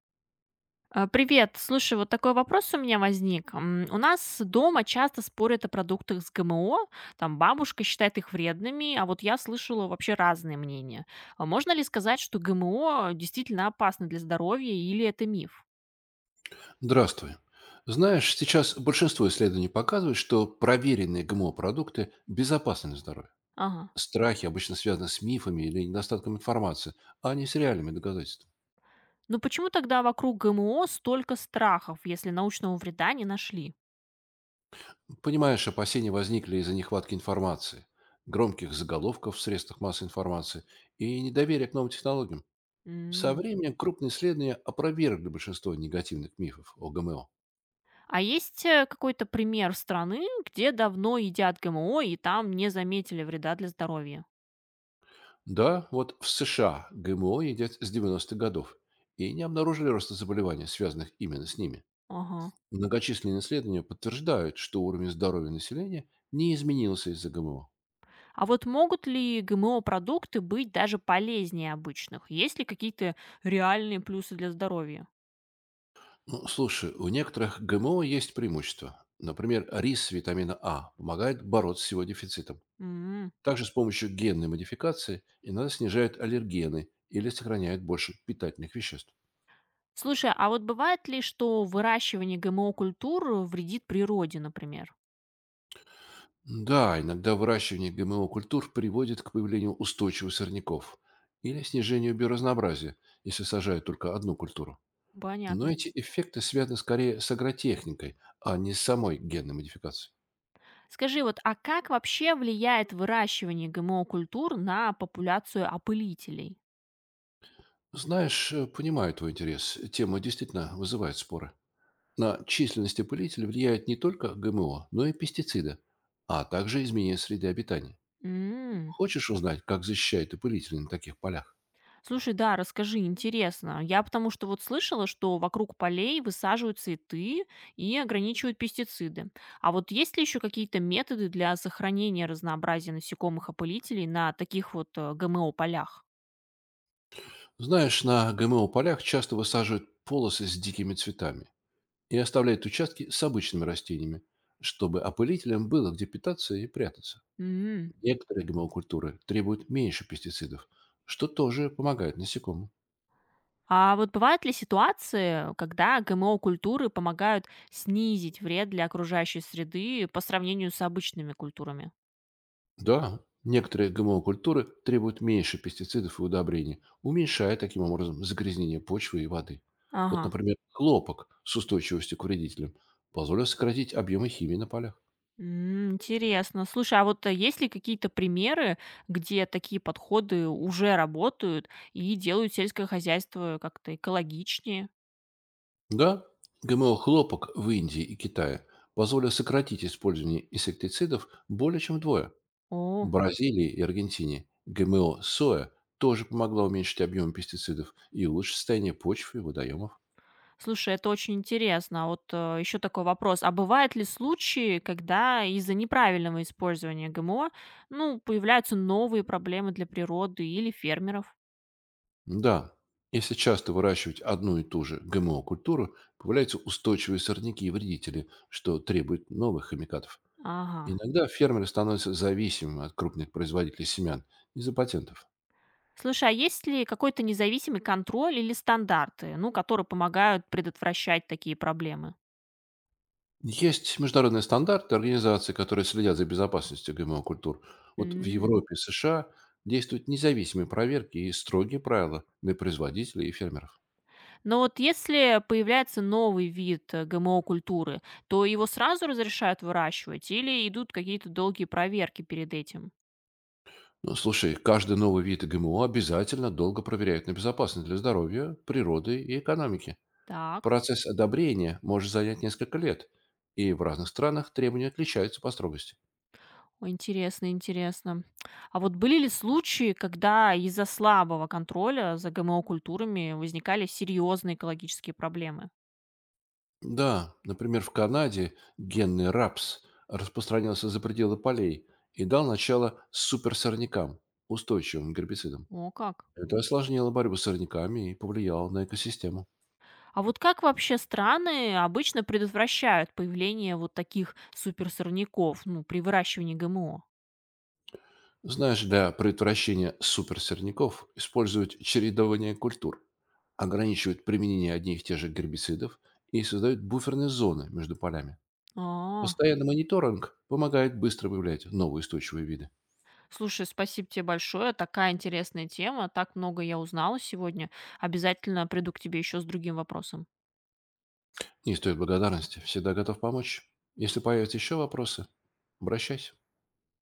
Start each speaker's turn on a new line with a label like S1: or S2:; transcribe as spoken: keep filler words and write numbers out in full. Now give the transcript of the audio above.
S1: А, Привет, слушай, вот такой вопрос у меня возник. М, У нас дома часто спорят о продуктах с ГМО, там бабушка считает их вредными, а вот я слышала вообще разные мнения. А Можно ли сказать, что ГМО действительно опасно для здоровья или это миф?
S2: Здравствуй. Знаешь, сейчас большинство исследований показывает, что проверенные ГМО-продукты безопасны для здоровья.
S1: Ага.
S2: Страхи обычно связаны с мифами или недостатком информации, а не с реальными доказательствами.
S1: Ну почему тогда вокруг ГМО столько страхов, если научного вреда не нашли?
S2: Понимаешь, опасения возникли из-за нехватки информации, громких заголовков в средствах массовой информации и недоверия к новым технологиям. Со
S1: М.
S2: временем крупные исследования опровергли большинство негативных мифов о Г М О.
S1: А есть э, какой-то пример страны, где давно едят ГМО и там не заметили вреда для здоровья?
S2: Да, вот в С Ш А Г М О едят с девяностых годов и не обнаружили роста заболеваний, связанных именно с ними.
S1: Ага.
S2: Многочисленные исследования подтверждают, что уровень здоровья населения не изменился из-за Г М О.
S1: А вот могут ли ГМО-продукты быть даже полезнее обычных? Есть ли какие-то реальные плюсы для здоровья?
S2: Ну, слушай, у некоторых Г М О есть преимущества. Например, рис с витамина А помогает бороться с его дефицитом.
S1: М.
S2: Также с помощью генной модификации иногда снижают аллергены или сохраняют больше питательных веществ.
S1: Слушай, а вот бывает ли, что выращивание ГМО-культур вредит природе, например?
S2: Да, иногда выращивание ГМО-культур приводит к появлению устойчивых сорняков или снижению биоразнообразия, если сажают только одну культуру. Но
S1: Понятно.
S2: эти эффекты связаны скорее с агротехникой, а не с самой генной модификацией.
S1: Скажи, вот, а как вообще влияет выращивание ГМО-культур на популяцию опылителей?
S2: Знаешь, э, понимаю твой интерес. Тема действительно вызывает споры. На численность опылителей влияет не только Г М О, но и пестициды, а также изменение среды обитания.
S1: М.
S2: Хочешь узнать, как защищают опылители на таких полях?
S1: Слушай, да, расскажи, интересно. Я потому что вот слышала, что вокруг полей высаживают цветы и ограничивают пестициды. А вот есть ли еще какие-то методы для сохранения разнообразия насекомых опылителей на таких вот э, ГМО-полях?
S2: Знаешь, на ГМО-полях часто высаживают полосы с дикими цветами и оставляют участки с обычными растениями, чтобы опылителям было где питаться и прятаться.
S1: М.
S2: Некоторые ГМО-культуры требуют меньше пестицидов, что тоже помогает насекомым.
S1: А вот бывают ли ситуации, когда ГМО-культуры помогают снизить вред для окружающей среды по сравнению с обычными культурами?
S2: Да, некоторые ГМО-культуры требуют меньше пестицидов и удобрений, уменьшая таким образом загрязнение почвы и воды. Вот,
S1: Ага.
S2: например, хлопок с устойчивостью к вредителям позволил сократить объемы химии на полях.
S1: М. Интересно. Слушай, а вот э, есть ли какие-то примеры, где такие подходы уже работают и делают сельское хозяйство как-то экологичнее?
S2: Да, ГМО-хлопок в Индии и Китае позволил сократить использование инсектицидов более чем вдвое. В
S1: О,
S2: Бразилии и Аргентине Г М О соя тоже помогла уменьшить объемы пестицидов и улучшить состояние почв и водоемов.
S1: слушай, это очень интересно. А вот еще такой вопрос. А бывают ли случаи, когда из-за неправильного использования ГМО, ну, появляются новые проблемы для природы или фермеров?
S2: Да, если часто выращивать одну и ту же ГМО-культуру, появляются устойчивые сорняки и вредители, что требует новых химикатов.
S1: Ага.
S2: Иногда фермеры становятся зависимыми от крупных производителей семян из-за патентов.
S1: Слушай, а есть ли какой-то независимый контроль или стандарты, ну, которые помогают предотвращать такие проблемы?
S2: Есть международные стандарты, организации, которые следят за безопасностью ГМО-культур. Вот в
S1: М.
S2: Европе и С Ш А действуют независимые проверки и строгие правила для производителей и фермеров.
S1: Но вот если появляется новый вид э, ГМО-культуры, то его сразу разрешают выращивать или идут какие-то долгие проверки перед этим?
S2: Ну, слушай, каждый новый вид Г М О обязательно долго проверяют на безопасность для здоровья, природы и экономики.
S1: Так.
S2: Процесс одобрения может занять несколько лет, и в разных странах требования отличаются по строгости.
S1: О, интересно, интересно. А вот были ли случаи, когда из-за слабого контроля за ГМО-культурами возникали серьезные экологические проблемы?
S2: Да, например, в Канаде генный рапс распространился за пределы полей и дал начало суперсорнякам, устойчивым к гербицидам.
S1: О, как.
S2: Это осложнило борьбу с сорняками и повлияло на экосистему.
S1: А вот как вообще страны обычно предотвращают появление вот таких суперсорняков, ну, при выращивании ГМО?
S2: Знаешь, для предотвращения суперсорняков используют чередование культур, ограничивают применение одних и тех же гербицидов и создают буферные зоны между полями.
S1: А,
S2: Постоянный мониторинг помогает быстро выявлять новые устойчивые виды.
S1: Слушай, спасибо тебе большое. Такая интересная тема. Так много я узнала сегодня. Обязательно приду к тебе еще с другим вопросом.
S2: Не стоит благодарности. Всегда готов помочь. Если появятся еще вопросы, обращайся.